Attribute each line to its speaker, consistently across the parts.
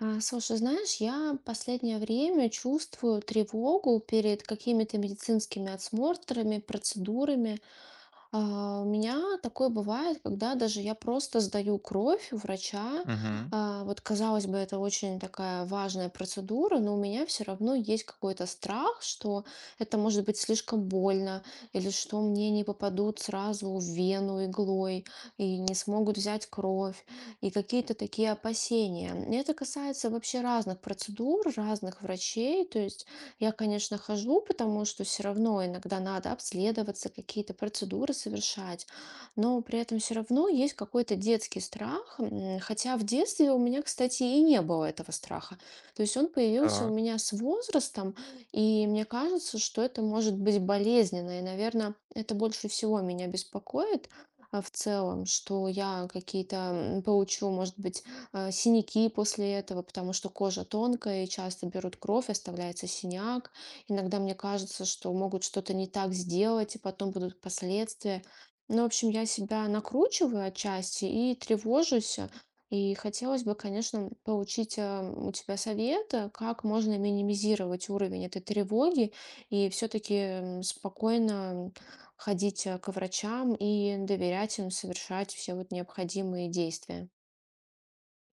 Speaker 1: Слушай, знаешь, я последнее время чувствую тревогу перед какими-то медицинскими осмотрами, процедурами. У меня такое бывает, когда даже я просто сдаю кровь у врача.
Speaker 2: Мгм.
Speaker 1: Вот, казалось бы, это очень такая важная процедура, но у меня все равно есть какой-то страх, что это может быть слишком больно, или что мне не попадут сразу в вену иглой, и не смогут взять кровь, и какие-то такие опасения. И это касается вообще разных процедур, разных врачей. То есть я, конечно, хожу, потому что все равно иногда надо обследоваться, какие-то процедуры совершать, но при этом все равно есть какой-то детский страх, хотя в детстве у меня, кстати, и не было этого страха. То есть он появился у
Speaker 2: Так.
Speaker 1: меня с возрастом, и мне кажется, что это может быть болезненно, и, наверное, это больше всего меня беспокоит в целом, что я какие-то получу, может быть, синяки после этого, потому что кожа тонкая и часто берут кровь, оставляется синяк. Иногда мне кажется, что могут что-то не так сделать, и потом будут последствия. Ну, в общем, я себя накручиваю отчасти и тревожусь. И хотелось бы, конечно, получить у тебя совета, как можно минимизировать уровень этой тревоги и все-таки спокойно ходить к врачам и доверять им совершать все вот необходимые действия.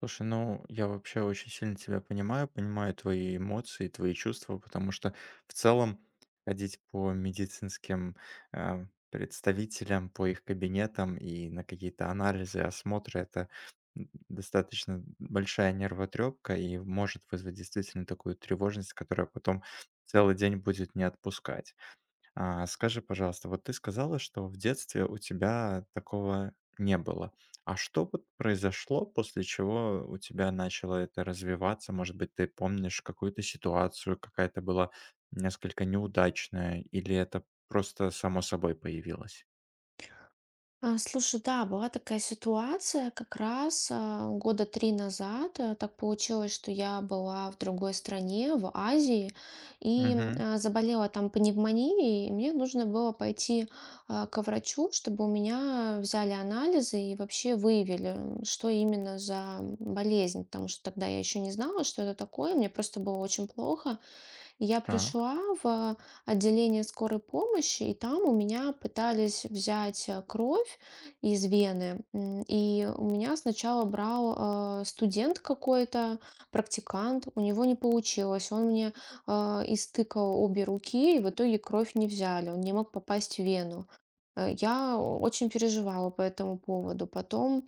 Speaker 2: Слушай, ну я вообще очень сильно тебя понимаю, понимаю твои эмоции, твои чувства, потому что в целом ходить по медицинским, а, представителям, по их кабинетам и на какие-то анализы, осмотры- это, достаточно большая нервотрепка и может вызвать действительно такую тревожность, которая потом целый день будет не отпускать. Скажи, пожалуйста, вот ты сказала, что в детстве у тебя такого не было. А что вот произошло, после чего у тебя начало это развиваться? Может быть, ты помнишь какую-то ситуацию, какая-то была несколько неудачная, или это просто само собой появилось?
Speaker 1: Слушай, да, была такая ситуация как раз года три назад. Э, Так получилось, что я была в другой стране, в Азии, и
Speaker 2: Угу.
Speaker 1: заболела там пневмонией, и мне нужно было пойти ко врачу, чтобы у меня взяли анализы и вообще выявили, что именно за болезнь, потому что тогда я еще не знала, что это такое, мне просто было очень плохо. Я
Speaker 2: Так.
Speaker 1: пришла в отделение скорой помощи, и там у меня пытались взять кровь из вены. И у меня сначала брал студент какой-то, практикант, у него не получилось. Он мне э, истыкал обе руки, и в итоге кровь не взяли, он не мог попасть в вену. Э, Я очень переживала по этому поводу. Потом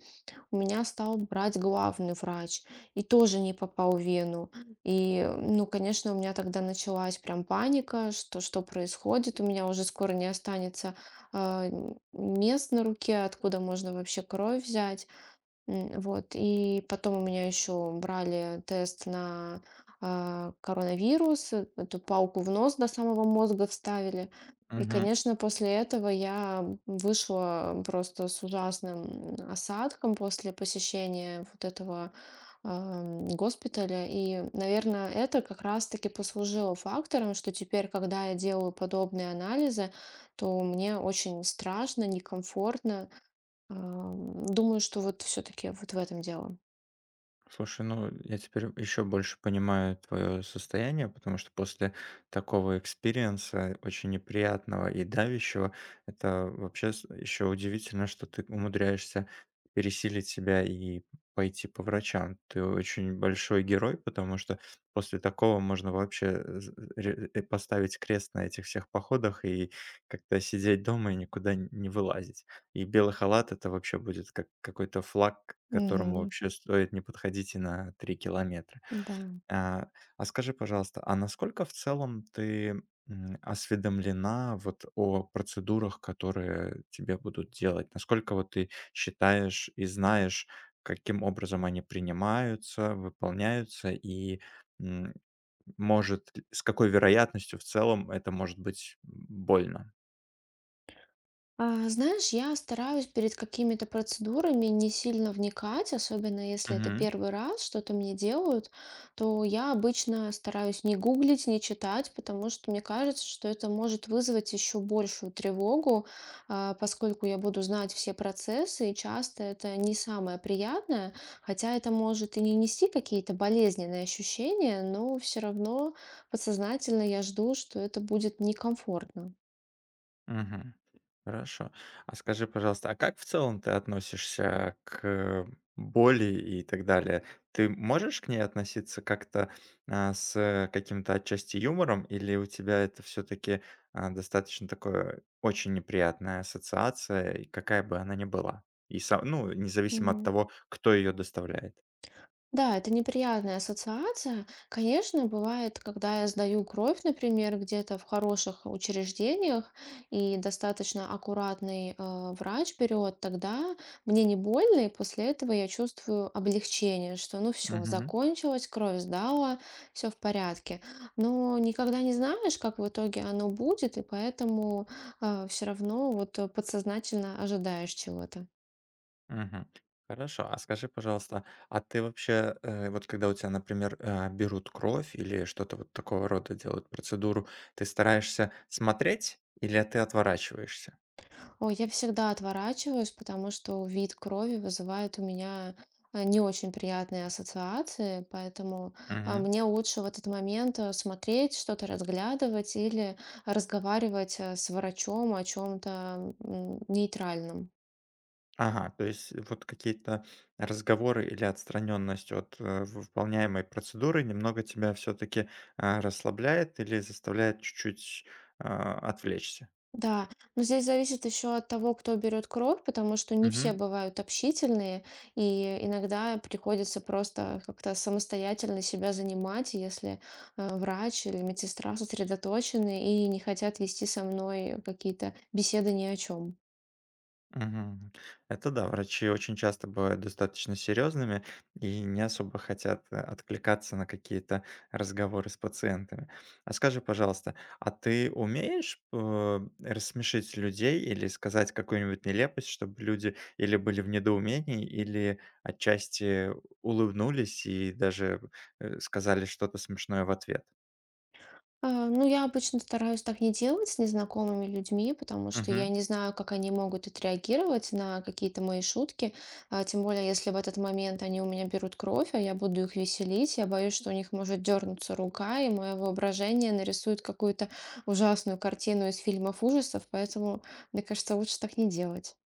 Speaker 1: у меня стал брать главный врач и тоже не попал в вену. И, ну, конечно, у меня тогда началась прям паника, что что происходит, у меня уже скоро не останется мест на руке, откуда можно вообще кровь взять. Вот. И потом у меня еще брали тест на коронавирус, эту палку в нос до самого мозга вставили. И, конечно, после этого я вышла просто с ужасным осадком после посещения вот этого госпиталя. И, наверное, это как раз-таки послужило фактором, что теперь, когда я делаю подобные анализы, то мне очень страшно, некомфортно. Думаю, что вот все таки вот в этом дело.
Speaker 2: Слушай, ну я теперь еще больше понимаю твое состояние, потому что после такого экспириенса, очень неприятного и давящего, это вообще еще удивительно, что ты умудряешься пересилить себя и пойти по врачам. Ты очень большой герой, потому что после такого можно вообще поставить крест на этих всех походах и как-то сидеть дома и никуда не вылазить. И белый халат- это вообще будет как какой-то флаг, к которому
Speaker 1: Мгм.
Speaker 2: вообще стоит не подходить и на 3 километра.
Speaker 1: Да.
Speaker 2: А, а скажи, пожалуйста, а насколько в целом ты, осведомлена вот о процедурах, которые тебе будут делать? Насколько вот ты считаешь и знаешь, каким образом они принимаются, выполняются и, м, может, с какой вероятностью в целом это может быть больно?
Speaker 1: Знаешь, я стараюсь перед какими-то процедурами не сильно вникать, особенно если это первый раз что-то мне делают, то я обычно стараюсь не гуглить, не читать, потому что мне кажется, что это может вызвать еще большую тревогу, поскольку я буду знать все процессы, и часто это не самое приятное, хотя это может и не нести какие-то болезненные ощущения, но все равно подсознательно я жду, что это будет некомфортно.
Speaker 2: Мгм. Хорошо. А скажи, пожалуйста, а как в целом ты относишься к боли и так далее? Ты можешь к ней относиться как-то, с каким-то отчасти юмором, или у тебя это все таки достаточно такое очень неприятная ассоциация, и какая бы она ни была? И са ну, независимо от
Speaker 1: Мгм.
Speaker 2: того, кто ее доставляет.
Speaker 1: Да, это неприятная ассоциация. Конечно, бывает, когда я сдаю кровь, например, где-то в хороших учреждениях, и достаточно аккуратный, врач берет, тогда мне не больно, и после этого я чувствую облегчение, что ну все, закончилось, кровь сдала, все в порядке. Но никогда не знаешь, как в итоге оно будет, и поэтому все равно вот подсознательно ожидаешь чего-то.
Speaker 2: Мгм. Хорошо. А скажи, пожалуйста, а ты вообще, вот когда у тебя, например, берут кровь или что-то вот такого рода делают процедуру, ты стараешься смотреть или ты отворачиваешься?
Speaker 1: Ой, я всегда отворачиваюсь, потому что вид крови вызывает у меня не очень приятные ассоциации, поэтому
Speaker 2: Мгм.
Speaker 1: мне лучше в этот момент смотреть, что-то разглядывать или разговаривать с врачом о чем-то нейтральном.
Speaker 2: Ага, то есть вот какие-то разговоры или отстраненность от выполняемой процедуры немного тебя все-таки расслабляет или заставляет чуть-чуть отвлечься?
Speaker 1: Да, но здесь зависит еще от того, кто берет кровь, потому что не все бывают общительные, и иногда приходится просто как-то самостоятельно себя занимать, если врач или медсестра сосредоточены и не хотят вести со мной какие-то беседы ни о чем.
Speaker 2: Мгм. Это да, врачи очень часто бывают достаточно серьезными и не особо хотят откликаться на какие-то разговоры с пациентами. А скажи, пожалуйста, а ты умеешь рассмешить людей или сказать какую-нибудь нелепость, чтобы люди или были в недоумении, или отчасти улыбнулись и даже сказали что-то смешное в ответ?
Speaker 1: Ну, я обычно стараюсь так не делать с незнакомыми людьми, потому что я не знаю, как они могут отреагировать на какие-то мои шутки. Тем более, если в этот момент они у меня берут кровь, а я буду их веселить, я боюсь, что у них может дернуться рука, и мое воображение нарисует какую-то ужасную картину из фильмов ужасов, поэтому, мне кажется, лучше так не делать.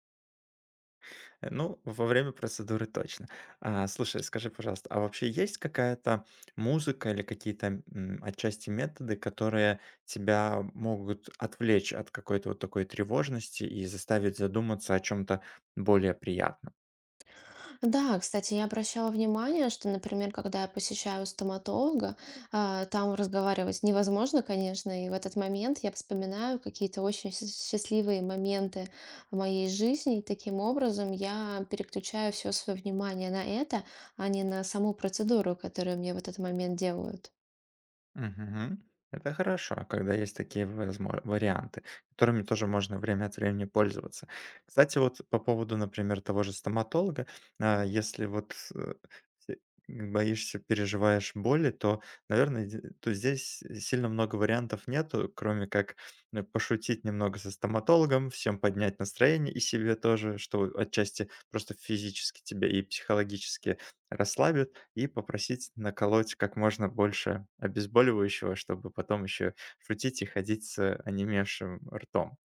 Speaker 2: Ну, во время процедуры точно. Слушай, скажи, пожалуйста, а вообще есть какая-то музыка или какие-то, отчасти методы, которые тебя могут отвлечь от какой-то вот такой тревожности и заставить задуматься о чем то более приятном?
Speaker 1: Да, кстати, я обращала внимание, что, например, когда я посещаю стоматолога, там разговаривать невозможно, конечно, и в этот момент я вспоминаю какие-то очень счастливые моменты в моей жизни, и таким образом я переключаю все свое внимание на это, а не на саму процедуру, которую мне в этот момент делают.
Speaker 2: Мгм. Это хорошо, когда есть такие возмо варианты, которыми тоже можно время от времени пользоваться. Кстати, вот по поводу, например, того же стоматолога, если вот, э, се боишься, переживаешь боли, то, наверное, зе то здесь сильно много вариантов нету, кроме как, пошутить немного со стоматологом, всем поднять настроение и себе тоже, что отчасти просто физически тебя и психологически расслабит и попросить наколоть как можно больше обезболивающего, чтобы потом еще шутить и ходить с онемевшим ртом.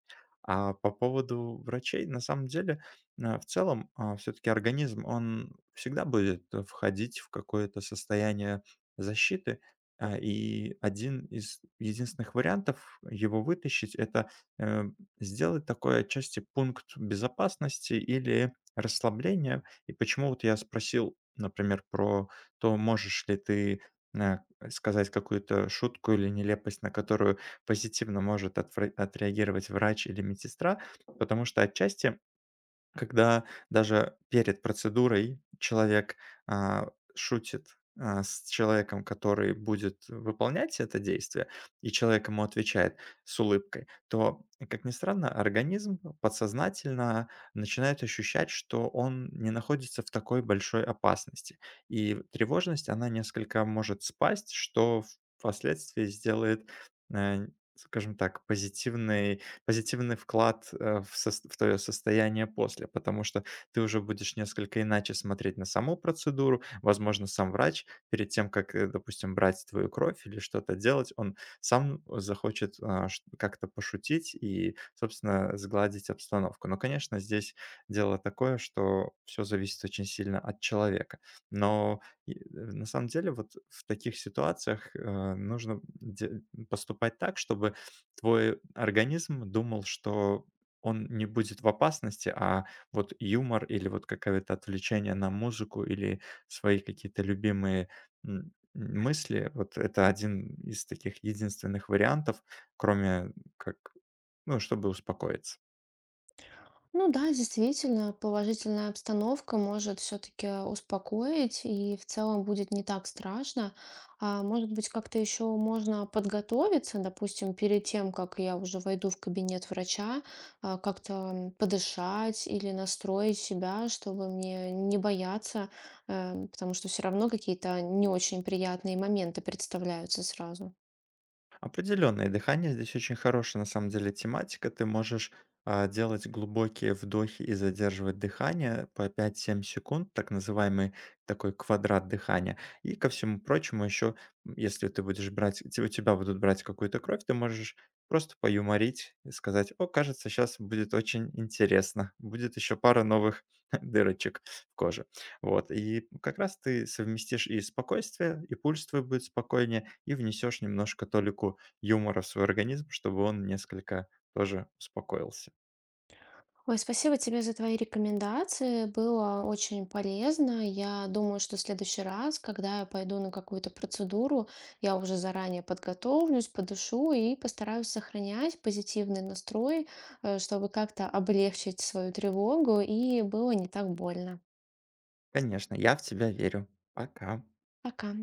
Speaker 2: А по поводу врачей, на самом деле, в целом, все-таки организм, он всегда будет входить в какое-то состояние защиты, и один из единственных вариантов его вытащить– это э, сделать такой отчасти пункт безопасности или расслабления. И почему вот я спросил, например, про то, можешь ли ты э, сказать какую-то шутку или нелепость, на которую позитивно может отвре отреагировать врач или медсестра, потому что отчасти когда даже перед процедурой человек, шутит, с человеком, который будет выполнять это действие, и человек ему отвечает с улыбкой, то, как ни странно, организм подсознательно начинает ощущать, что он не находится в такой большой опасности. И тревожность, она несколько может спасть, что впоследствии сделает, э, скажем так, позитивный вклад, в сос в твое состояние после, потому что ты уже будешь несколько иначе смотреть на саму процедуру. Возможно, сам врач перед тем, как, допустим, брать твою кровь или что-то делать, он сам захочет, а, ш как-то пошутить и, собственно, сгладить обстановку. Но, конечно, здесь дело такое, что все зависит очень сильно от человека. Но и, на самом деле вот в таких ситуациях, нужно де поступать так, чтобы твой организм думал, что он не будет в опасности, а вот юмор или вот какое-то отвлечение на музыку или свои какие-то любимые мысли, вот это один из таких единственных вариантов, кроме как, ну, чтобы успокоиться.
Speaker 1: Ну да, действительно, положительная обстановка может все-таки успокоить, и в целом будет не так страшно. А может быть, как-то еще можно подготовиться, допустим, перед тем, как я уже войду в кабинет врача, как-то подышать или настроить себя, чтобы мне не бояться, потому что все равно какие-то не очень приятные моменты представляются сразу.
Speaker 2: Определенно, и дыхание здесь очень хорошая на самом деле тематика. Ты можешь, делать глубокие вдохи и задерживать дыхание по пять 7 секунд, так называемый такой квадрат дыхания. И ко всему прочему еще, если ты будешь брать те у тебя будут брать какую-то кровь, ты можешь просто поюморить и сказать: «О, кажется, сейчас будет очень интересно, будет еще пара новых дырочек в коже». Вот, и как раз ты совместишь и спокойствие, и пульс твой будет спокойнее, и внесешь немножко толику юмора в свой организм, чтобы он несколько тоже успокоился.
Speaker 1: Ой, спасибо тебе за твои рекомендации. Было очень полезно. Я думаю, что в следующий раз, когда я пойду на какую-то процедуру, я уже заранее подготовлюсь, подышу и постараюсь сохранять позитивный настрой, чтобы как-то облегчить свою тревогу и было не так больно.
Speaker 2: Конечно, я в тебя верю. Пока.
Speaker 1: Пока.